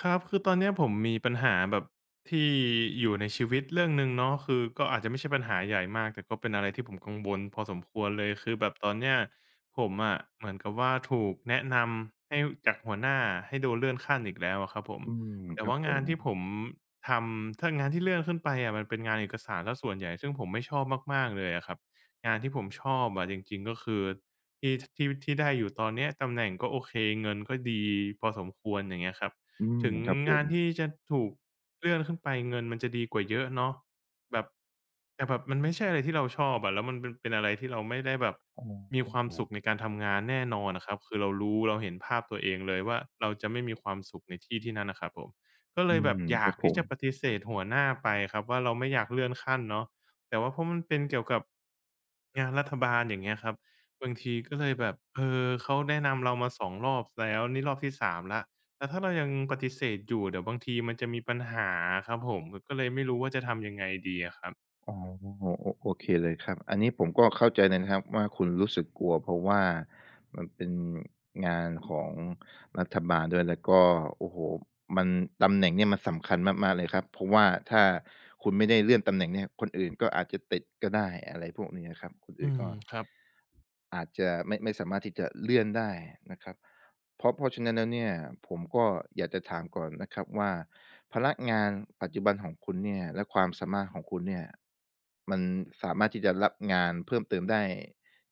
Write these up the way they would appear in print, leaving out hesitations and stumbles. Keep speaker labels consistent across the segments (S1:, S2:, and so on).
S1: ครับคือตอนเนี้ยผมมีปัญหาแบบที่อยู่ในชีวิตเรื่องหนึ่งเนาะคือก็อาจจะไม่ใช่ปัญหาใหญ่มากแต่ก็เป็นอะไรที่ผมกังวลพอสมควรเลยคือแบบตอนเนี้ยผมอะเหมือนกับว่าถูกแนะนำให้จากหัวหน้าให้โดนเลื่อนขั้นอีกแล้วอะครับผม
S2: อืม
S1: แต่
S2: ครับ
S1: ว่า
S2: ผ
S1: งาน
S2: ม
S1: ที่ผมทำถ้างานที่เลื่อนขึ้นไปอะมันเป็นงานเอกสารเสียส่วนใหญ่ซึ่งผมไม่ชอบมากๆเลยอะครับงานที่ผมชอบอะจริงๆก็คือที่ที่ที่ได้อยู่ตอนเนี้ยตำแหน่งก็โอเคเงินก็ดีพอสมควรอย่างเงี้ยครับ
S2: อืม
S1: ถึง
S2: ครับผ
S1: งาน
S2: ม
S1: ที่จะถูกเลื่อนขึ้นไปเงินมันจะดีกว่าเยอะเนาะแบบแต่แบบมันไม่ใช่อะไรที่เราชอบอะแล้วมันเป็นอะไรที่เราไม่ได้แบบ
S2: อ๋อ
S1: มีความสุขในการทำงานแน่นอนอะครับคือเรารู้เราเห็นภาพตัวเองเลยว่าเราจะไม่มีความสุขในที่ที่นั่นน่ะครับผมก็เล
S2: อื
S1: ยแบบ
S2: ม
S1: อ
S2: ค
S1: ยา
S2: รั
S1: ก
S2: บผ
S1: ที่
S2: ม
S1: จะปฏิเสธหัวหน้าไปครับว่าเราไม่อยากเลื่อนขั้นเนาะแต่ว่าเพราะมันเป็นเกี่ยวกับงานรัฐบาลอย่างเงี้ยครับบางทีก็เลยแบบเขาแนะนำเรามาสองรอบแล้วนี่รอบที่3แล้ว แต่ถ้าเรายังปฏิเสธอยู่เดี๋ยวบางทีมันจะมีปัญหาครับผมก็เลยไม่รู้ว่าจะทำยังไงดีอะครับ
S2: อ๋อโอเคเลยครับอันนี้ผมก็เข้าใจเลยนะครับว่าคุณรู้สึกกลัวเพราะว่ามันเป็นงานของรัฐบาลด้วยแล้วก็โอ้โฮมันตำแหน่งเนี่ยมันสำคัญมากๆเลยครับเพราะว่าถ้าคุณไม่ได้เลื่อนตำแหน่งเนี่ยคนอื่นก็อาจจะติดก็ได้อะไรพวกนี้อะครับคน
S1: อื
S2: อื่น
S1: ม
S2: ก็
S1: ครับ
S2: อาจจะไม่สามารถที่จะเลื่อนได้นะครับ เพราะฉะนั้นแล้วเนี่ยผมก็อยากจะถามก่อนนะครับว่าพนักงานปัจจุบันของคุณเนี่ยและความสามารถของคุณเนี่ยมันสามารถที่จะรับงานเพิ่มเติมได้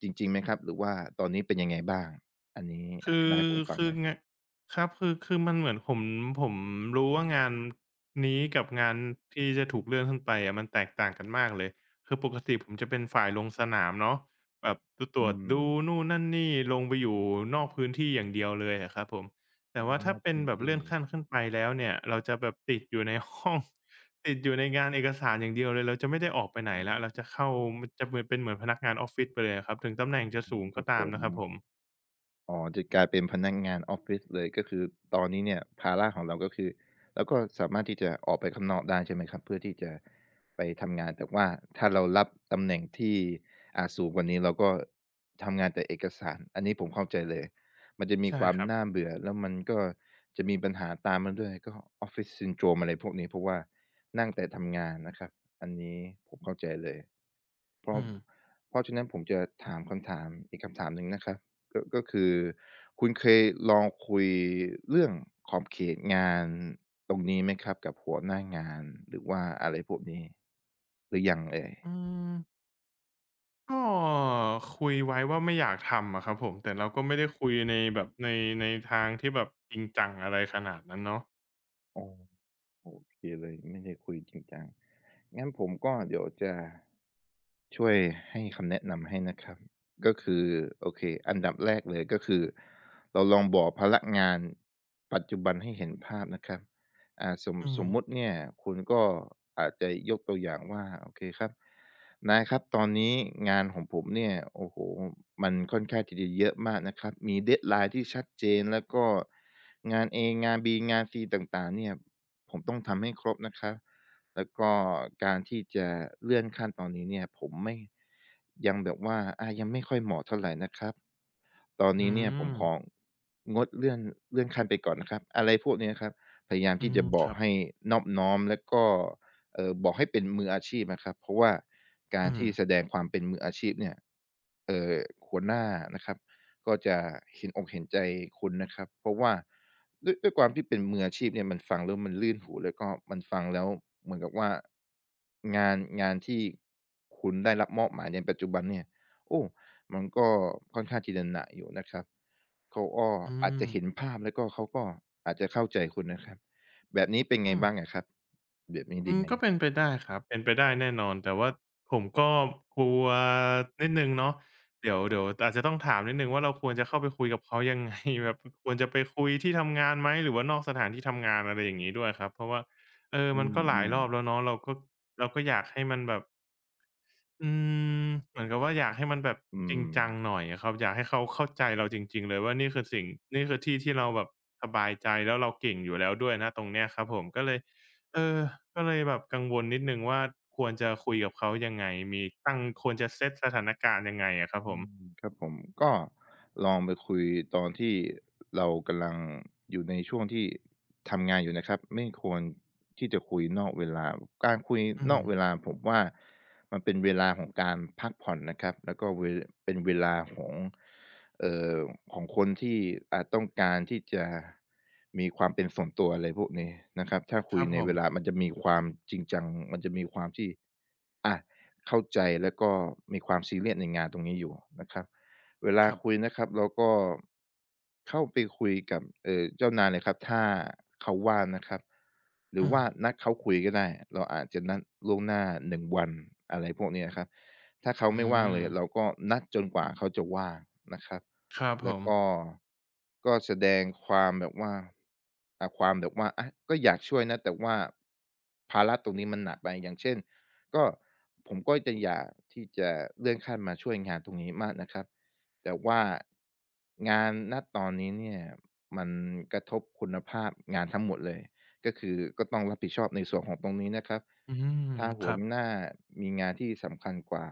S2: จริงๆไหมครับหรือว่าตอนนี้เป็นยังไงบ้างอันนี้อ
S1: คื
S2: ธิ
S1: อ
S2: บายให้ผมฟัง
S1: คื
S2: ห
S1: อ
S2: น่อย
S1: งะครับคือมันเหมือนผมรู้ว่างานนี้กับงานที่จะถูกเลื่อนขึ้นไปอะมันแตกต่างกันมากเลยคือปกติผมจะเป็นฝ่ายลงสนามเนาะแบบดูตร
S2: อื
S1: วจ
S2: ม
S1: ดูนู่นนั่นนี่ลงไปอยู่นอกพื้นที่อย่างเดียวเลยอะครับผมแต่ว่า
S2: อำ
S1: ถ้า
S2: นาจ
S1: เป็น
S2: พื้น
S1: แบบเลื่
S2: ที่
S1: อนขั้นขึ้นไปแล้วเนี่ยเราจะแบบติดอยู่ในห้อง ติดอยู่ในงานเอกสารอย่างเดียวเลยเราจะไม่ได้ออกไปไหนแล้วเราจะเข้ามันจะเหมือนเป็นเหมือนพนักงานออฟฟิศไปเลยอะครับถึงตำแหน่งจะ
S2: อื
S1: สู
S2: ม
S1: ง
S2: ค
S1: ก็
S2: รับผ
S1: ตาม
S2: ม
S1: นะครับผม
S2: อ๋อจะกลายเป็นพนักงานออฟฟิศเลยก็คือตอนนี้เนี่ยภาระของเราก็คือเราก็สามารถที่จะออกไปข้างนอกได้ใช่ไหมครับเพื่อที่จะไปทำงานแต่ว่าถ้าเรารับตำแหน่งที่สูงกว่านี้เราก็ทำงานแต่เอกสารอันนี้ผมเข้าใจเลยมันจะมี
S1: ใช่
S2: ความ
S1: ครับ
S2: น่าเบื่อแล้วมันก็จะมีปัญหาตามมาด้วยก็ Office Syndrome อะไรพวกนี้เพราะว่านั่งแต่ทำงานนะครับอันนี้ผมเข้าใจเลย เพราะ
S1: อืม
S2: เพราะฉะนั้นผมจะถามคำถามอีกคำถามหนึ่งนะครับก็คือคุณเคยลองคุยเรื่องขอบเขตงานตรงนี้ไหมครับกับหัวหน้างานหรือว่าอะไรพวกนี้หรือยังเอ่ย
S1: อืมก็คุยไว้ว่าไม่อยากทำอะครับผมแต่เราก็ไม่ได้คุยในแบบในในทางที่แบบจริงจังอะไรขนาดนั้นเนาะ
S2: อ๋อโอเคเลยไม่ได้คุยจริงจังงั้นผมก็เดี๋ยวจะ ช่วยให้คำแนะนำให้นะครับก็คือโอเคอันดับแรกเลยก็คือเราลองบอกพลักงานปัจจุบันให้เห็นภาพนะครับอ่า
S1: อื
S2: ส
S1: ม
S2: มมุติเนี่ยคุณก็อาจจะยกตัวอย่างว่าโอเคครับนายครับตอนนี้งานของผมเนี่ยโอ้โฮมันค่อนข้างที่จะเยอะมากนะครับมี deadline ที่ชัดเจนแล้วก็งาน A งาน B งาน C ต่างๆเนี่ยผมต้องทำให้ครบนะครับ แล้วก็การที่จะเลื่อนขั้นตอนนี้เนี่ยผมไม่ยังแบบว่ายังไม่ค่อยเหมาะเท่าไรนะครับตอน
S1: อื
S2: นี้เนี่ยผมขอ
S1: ม
S2: งดเลื่อนขั้นไปก่อนนะครับอะไรพวกเนี้ยครับพยายาม
S1: อื
S2: ที่
S1: ม
S2: จะบ
S1: ค
S2: อก
S1: รับ
S2: ให้นอบน้อมแล้วก็บอกให้เป็นมืออาชีพนะครับเพราะว่าการ
S1: อืม
S2: ที่แสดงความเป็นมืออาชีพเนี่ยเอ่อหัวหน้านะครับ ก็จะเห็นอกเห็นใจคุณนะครับเพราะว่าด้วยความที่เป็นมืออาชีพเนี่ยมันฟังแล้วมันลื่นหูแล้วก็มันฟังแล้วเหมือนกับว่างานที่คุณได้รับมอบหมายในปัจจุบันเนี่ยโอ้มันก็ค่อนข้างที่จะหนาอยู่นะครับเขาก็
S1: อื
S2: อาจ
S1: ม
S2: จะเห็นภาพแล้วก็เขาก็อาจจะเข้าใจคุณนะครับแบบนี้เป็นไง
S1: อืม
S2: บ้างอะครับแบบนี้
S1: อื
S2: ดี
S1: ม
S2: ไหม
S1: ก็เป็นไปได้ครับเป็นไปได้แน่นอนแต่ว่าผมก็กลัวนิดหนึ่งเนาะเดี๋ยวอาจจะต้องถามนิดหนึ่งว่าเราควรจะเข้าไปคุยกับเขายังไง แบบควรจะไปคุยที่ทำงานไหมหรือว่านอกสถานที่ทำงานอะไรอย่างงี้ด้วยครับเพราะว่า
S2: อื
S1: มัน
S2: ม
S1: ก็ห
S2: อื
S1: ลาย
S2: ม
S1: รอบแล้วเนาะเราก็อยากให้มันแบบ อืมเหมือนกับว่าอยากให้มันแบบ
S2: อื
S1: จริง
S2: ม
S1: จังหน่อยอะครับอยากให้เขาเข้าใจเราจริงๆเลยว่านี่คือสิ่งนี่คือที่ที่เราแบบสบายใจแล้วเราเก่งอยู่แล้วด้วยณตรงเนี้ยครับผมก็เลยเออก็เลยแบบกังวลนิดหนึ่งว่าควรจะคุยกับเขายังไงมีตั้งควรจะเซตสถานการณ์ยังไงอะครับผ
S2: อื
S1: ม
S2: มครับผมก็ลองไปคุยตอนที่เรากำลังอยู่ในช่วงที่ทำงานอยู่นะครับไม่ควรที่จะคุยนอกเวลาการคุย
S1: อื
S2: น
S1: ม
S2: อกเวลาผมว่ามันเป็นเวลาของการพักผ่อนนะครับแล้วก็เป็นเวลาของเอ่อของคนที่อาจต้องการที่จะมีความเป็นส่วนตัวอะไรพวกนี้นะครับถ้า
S1: ค
S2: คุย
S1: รับ
S2: ใน
S1: ผม
S2: เวลามันจะมีความจริงจังมันจะมีความที่อะ เข้าใจแล้วก็มีความซีเรียสในงานตรงนี้อยู่นะครับเวลา
S1: ครับ
S2: คุยนะครับเราก็เข้าไปคุยกับเจ้านายเลยครับถ้าเขาว่างนะครับหรือ
S1: อื
S2: ว่า
S1: ม
S2: นัดเขาคุยก็ได้เราอาจจะนัดล่วงหน้า1วันอะไรพวกนี้นะครับถ้าเขา
S1: อื
S2: ไม่ว่างเล
S1: ม
S2: ยเราก็นัดจนกว่าเขาจะว่างนะครับ
S1: ครับผ
S2: แล้ว
S1: ม
S2: ก็ก็แสดงความแบบว่าอ่าความแบบว่าอะก็อยากช่วยนะแต่ว่าภาระตรงนี้มันหนักไปอย่างเช่น ก็ผมก็จะอยากที่จะเลื่อนขั้นมาช่วยงานตรงนี้มากนะครับแต่ว่างานณตอนนี้เนี่ยมันกระทบคุณภาพงานทั้งหมดเลยก็คือก็ต้องรับผิดชอบในส่วนของตรงนี้นะครับ
S1: อืม
S2: ถ้า
S1: ค
S2: หัว
S1: รับ
S2: หน้ามีงานที่สำคัญกว่า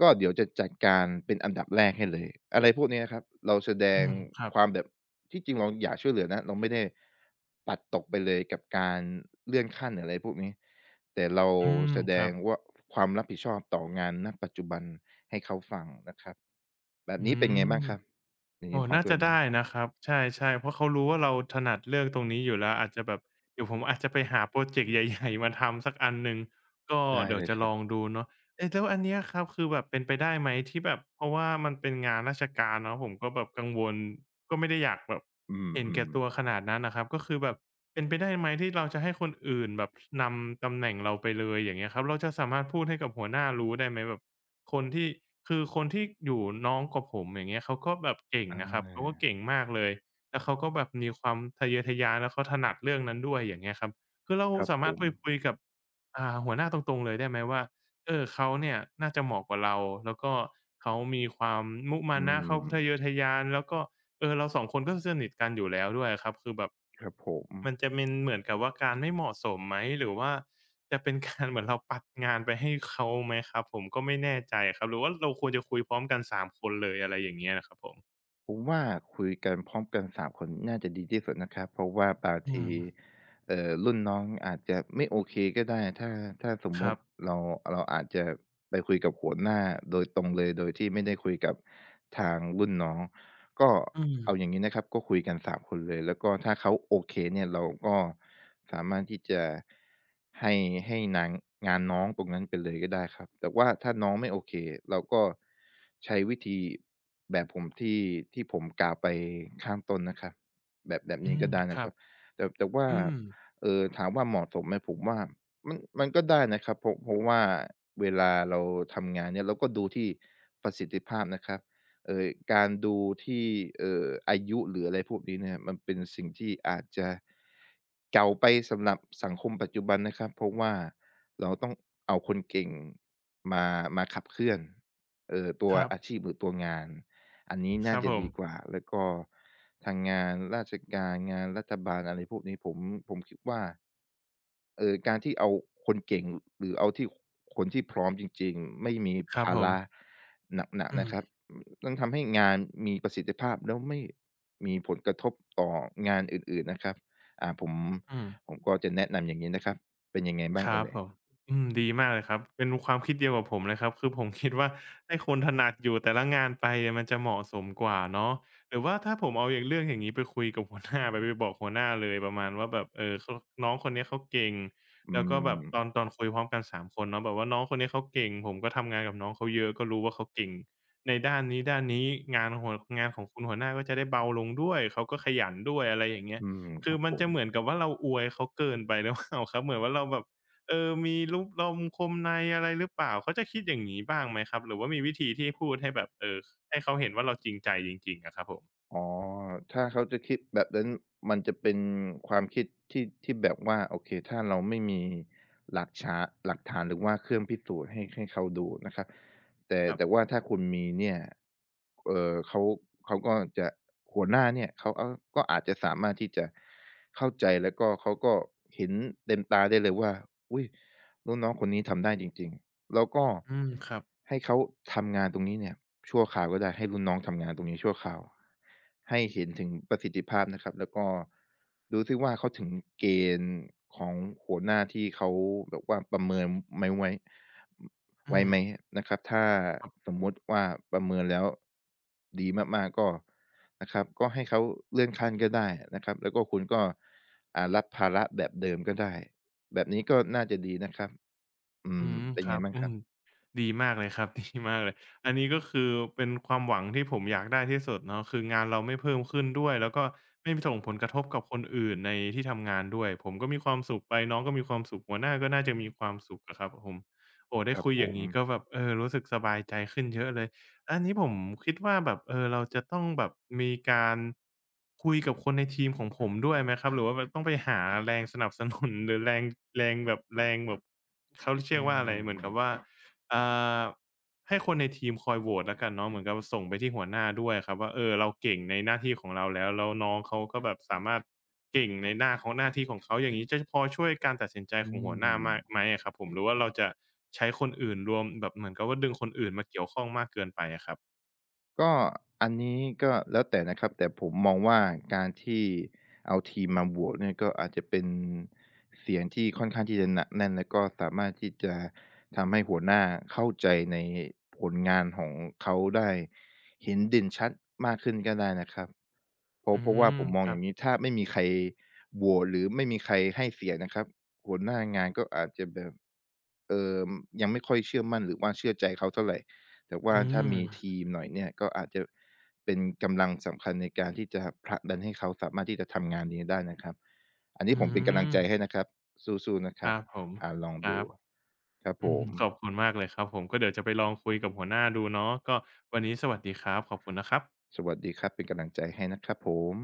S2: ก็เดี๋ยวจะจัดการเป็นอันดับแรกให้เลยอะไรพวกเนี้ยครับเราแสด
S1: อื
S2: ง
S1: มครับ
S2: ความแบบที่จริงเราอยากช่วยเหลือนะเราไม่ได้ปัดตกไปเลยกับการเลื่อนขั้นหรืออะไรพวกนี้แต่เรา
S1: อืม
S2: แสด
S1: ครั
S2: ง
S1: บ
S2: ว่าความรับผิดชอบต่องานณปัจจุบันให้เขาฟังนะครับแบบ
S1: อื
S2: นี้เป็นไง
S1: ม
S2: บ้างครับอย่าง
S1: โอ้
S2: งี้พอ
S1: น่า
S2: ช่ว
S1: จะ
S2: ยไหม
S1: ได้นะครับใช่ๆเพราะเขารู้ว่าเราถนัดเรื่องตรงนี้อยู่แล้วอาจจะแบบเดี๋ยวผมอาจจะไปหาพรอเจกต์ใหญ่ๆมาทำสักอันหนึ่งก็
S2: ได้
S1: เดี๋ยว
S2: เลย
S1: จะ
S2: ค
S1: ล
S2: รับ
S1: องดูเนาะเอ๊ะแล้วอันเนี้ยครับคือแบบเป็นไปได้ไหมที่แบบเพราะว่ามันเป็นงานราชการเนาะผมก็แบบกังวลก็ไม่ได้อยากแบบ
S2: อื
S1: เห็นแก่
S2: ม
S1: ตัว
S2: ๆ
S1: ขนาดนั้นน่ะครับก็คือแบบ เป็นไปได้ไหมที่เราจะให้คนอื่นแบบนำตำแหน่งเราไปเลยอย่างเงี้ยครับเราจะสามารถพูดให้กับหัวหน้ารู้ได้ไหมแบบคนที่คือคนที่อยู่น้องกว่าผมอย่างเงี้ยเขาก็แบบเก่ง
S2: อ
S1: นะครับเขาก็
S2: า
S1: เก่งมากเลยแล้วเขาก็แบบมีความทะเยอทะยานแล้วเขาถนัดเรื่องนั้นด้วยอย่างเงี้ยครับคือเรา
S2: ครับ
S1: สา
S2: ผ
S1: มารถ
S2: ม
S1: ไปคุยกับหัวหน้าตรงๆเลยได้ไหมว่าเขาเนี่ยน่าจะเหมาะกว่าเราแล้วก็เขามีความมุมา
S2: อื
S1: นะเขา
S2: ม
S1: ทะเยอทะยานแล้วก็เราสองคนก็สนิทกันอยู่แล้วด้วยอะครับคือแบบ
S2: ครับผม
S1: มันจะเป็นเหมือนกับว่าการไม่เหมาะสมไหมหรือว่าจะเป็นการ เหมือนเราปัดงานไปให้เขาไหมครับผมก็ไม่แน่ใจครับหรือว่าเราควรจะคุยพร้อมกันสามคนเลยอะไรอย่างเงี้ยนะครับผม
S2: ผมว่าคุยกันพร้อมกันสามคนน่าจะดีที่สุดนะครับเพราะว่าบาง
S1: อื
S2: ที
S1: ม
S2: รุ่นน้องอาจจะไม่โอเคก็ได้ถ้าถ้าสม
S1: ค
S2: มุ
S1: รับ
S2: ติเราเราอาจจะไปคุยกับหัวหน้าโดยตรงเลยโดยที่ไม่ได้คุยกับทางรุ่นน้องก็
S1: อื
S2: เอาอย่าง
S1: ม
S2: งี้นะครับก็คุยกันสามคนเลยแล้วก็ถ้าเขาโอเคเนี่ยเราก็ สามารถที่จะให้ให้นางงานน้องตรงนั้นไปเลยก็ได้ครับแต่ว่าถ้าน้องไม่โอเคเราก็ใช้วิธีแบบผมที่ผมกล่าวไปข้างต้นนะครับแบบ
S1: อื
S2: นี้
S1: ม
S2: ก็ได้
S1: ค
S2: นะ
S1: รั
S2: ค
S1: บ
S2: รับแต่ว่า
S1: อืม
S2: ถามว่าเหมาะสมไหมผมว่ามันก็ได้นะครับเพราะว่าเวลาเราทำงานเนี่ยเราก็ดูที่ประสิทธิภาพนะครับ เอ่อการดูที่อายุหรืออะไรพวกนี้เนี่ยมันเป็นสิ่งที่อาจจะเก่าไปสำหรับสังคมปัจจุบันนะครับเพราะว่าเราต้องเอาคนเก่งมามาขับเคลื่อนตั
S1: ค
S2: ว
S1: รับ
S2: อาชีพหรือตัวงานอันนี้
S1: ค
S2: น่า
S1: รับ
S2: จะ
S1: ผม
S2: ดีกว่าแล้วก็ทางงานราชการงานรัฐบาลอะไรพวกนี้ผมคิดว่า เออการที่เอาคนเก่งหรือเอาที่คนที่พร้อมจริงๆไม่มี
S1: ครับ
S2: ภา
S1: ผม
S2: ระหนัก
S1: อื
S2: ๆ
S1: ม
S2: นะครับต้องทำให้งานมีประสิทธิภาพแล้วไม่มีผลกระทบต่องานอื่นๆนะครับอ่าผม
S1: อืม
S2: ผมก็จะแนะนำอย่างงี้นะครับเป็นยังไง
S1: ค
S2: บ้าง
S1: รับ
S2: เอ่
S1: ผม
S2: ย
S1: อืมดีมากเลยครับเป็นความคิดเดียวกับผมเลยครับคือผมคิดว่า ให้คนถนัดอยู่แต่ละงานไปอะมันจะเหมาะสมกว่าเนาะหรือว่าถ้าผมเอาอย่างเรื่องอย่างงี้ไปคุยกับหัวหน้าไปบอกหัวหน้าเลยประมาณว่าแบบเขาน้องคนเนี้ยเขาเก่ง
S2: อื
S1: แล้วก็แบ
S2: ม
S1: บตอนคุยพร้อมกันสามคนเนาะแบบว่าน้องคนนี้เขาเก่งผมก็ทำงานกับน้องเขาเยอะก็รู้ว่าเขาเก่งในด้านนี้งานหัวงานของคุณหัวหน้าก็จะได้เบาลงด้วยเขาก็ขยันด้วยอะไรอย่างเงี้ย
S2: อืมค
S1: คือ
S2: รับ
S1: มั
S2: ผ
S1: นจะ
S2: ม
S1: เหมือนกับว่าเราอวยเขาเกินไปหรือเปล่าครับเหมือนว่าเราแบบ มีลุกลมคมในอะไรหรือเปล่าเขาจะคิดอย่างงี้บ้างไหมครับหรือว่ามีวิธีที่พูดให้แบบให้เขาเห็นว่าเราจริงใจจริงๆอะครับผม
S2: อ๋อถ้าเขาจะคิดแบบนั้น มันจะเป็นความคิดที่แบบว่าโอเคถ้าเราไม่มีหลักชาหลักฐานหรือว่าเครื่องพิสูจน์ให้เขาดูนะครับแต่
S1: ครับ
S2: แต่ว่าถ้าคุณมีเนี่ยเอ่อเขาเขาก็จะหัวหน้าเนี่ยเขาก็อาจจะสามารถที่จะเข้าใจแล้วก็เขาก็เห็นเต็มตาได้เลยว่าอุ๊ยรุ่นน้องคนนี้ทำได้จริงๆ แล้วก็
S1: อืมครับ
S2: ให้เขาทำงานตรงนี้เนี่ยชั่วคราวก็ได้ให้รุ่นน้องทำงานตรงนี้ชั่วคราวให้เห็นถึงประสิทธิภาพนะครับแล้วก็ดูซิว่าเขาถึงเกณฑ์ของหัวหน้าที่เขาแบบว่าประเมินไม่ไว้
S1: อื
S2: ไว้
S1: ม
S2: ไหมนะครับถ้า
S1: ครับ
S2: สมมุติว่าประเมินแล้วดีมากๆก็นะครับก็ให้เขาเลื่อนขั้นก็ได้นะครับแล้วก็คุณก็อ่ารับภาระแบบเดิมก็ได้แบบนี้ก็น่าจะดีนะครับ อื
S1: อื
S2: ม
S1: ม
S2: เป็น
S1: ค
S2: ไง
S1: รับ
S2: บ้าง
S1: อื
S2: ครั
S1: ม
S2: บ
S1: ดีมากเลยครับ ดีมากเลยอันนี้ก็คือเป็นความหวังที่ผมอยากได้ที่สุดเนาะคืองานเราไม่เพิ่มขึ้นด้วยแล้วก็ไม่ส่งผลกระทบกับคนอื่นในที่ทำงานด้วยผมก็มีความสุขไปน้องก็มีความสุขหัวหน้าก็น่าจะมีความสุขอะครับผมโอ้ได้
S2: ครับ
S1: คุย
S2: ผ
S1: อย่าง
S2: ม
S1: งี้ก็แบบรู้สึกสบายใจขึ้นเยอะเลย อันนี้ผมคิดว่าแบบเราจะต้องแบบมีการคุยกับคนในทีมของผมด้วยไหมครับหรือว่าแบบต้องไปหาแรงสนับสนุน หรือแรงแรงแบบแรงแบบเขาเรี
S2: อื
S1: ยกว่าอะไรเหมือน
S2: ม
S1: กับว่าอ่าให้คนในทีมคอยโหวตแล้วกันเนาะเหมือนกับส่งไปที่หัวหน้าด้วยครับว่าเราเก่งในหน้าที่ของเราแล้วน้องเขาก็แบบสามารถ เก่งในหน้าของหน้าที่ของเขาอย่างนี้จะพอช่วยการตัดสินใจ
S2: อื
S1: ของหัวหน้าม่ก
S2: ม
S1: ไหมอะครับผมหรือว่าเราจะใช้คนอื่นรวมแบบเหมือนกับว่าดึงคนอื่นมาเกี่ยวข้องมากเกินไปอะครับ
S2: ก็อันนี้ก็แล้วแต่นะครับแต่ผมมองว่าการที่เอาทีมมาโหวตเนี่ยก็อาจจะเป็นเสียงที่ค่อนข้างที่จะหนักแน่นแล้วก็สามารถที่จะทำให้หัวหน้าเข้าใจในผลงานของเขาได้เห็นเด่นชัดมากขึ้นก็ได้นะครับเพ
S1: อื
S2: ราะเพราะว่า
S1: ม
S2: ผมมอ
S1: ค
S2: ง
S1: รั
S2: อ
S1: บ
S2: ย่างนี้ถ้าไม่มีใครโหวตหรือไม่มีใครให้เสียงนะครับหัวหน้างานก็อาจจะแบบเออยังไม่ค่อยเชื่อมั่นหรือว่าเชื่อใจเขาเท่าไหร แต่
S1: อื
S2: ว่าถ้า
S1: ม
S2: มีทีมหน่อยเนี่ยก็อาจจะเป็นกำลังสำคัญในการที่จะผลักดันให้เขาสามารถที่จะทำงานนี้ได้นะครับอัน
S1: อื
S2: นี้ผมเป็นกำลัง
S1: ม
S2: ใจให้นะครับสู้ๆนะค
S1: ค
S2: รับ
S1: รับผม
S2: อ่าลอง
S1: ค
S2: ดู
S1: รับ
S2: ครับผ
S1: อือฮึ
S2: ม
S1: ขอบคุณมากเลยครับผมก็เดี๋ยวจะไปลองคุยกับหัวหน้าดูเนาะก็วันนี้สวัสดีครับขอบคุณนะครับ
S2: สวัสดีครับเป็นกำลังใจให้นะครับผม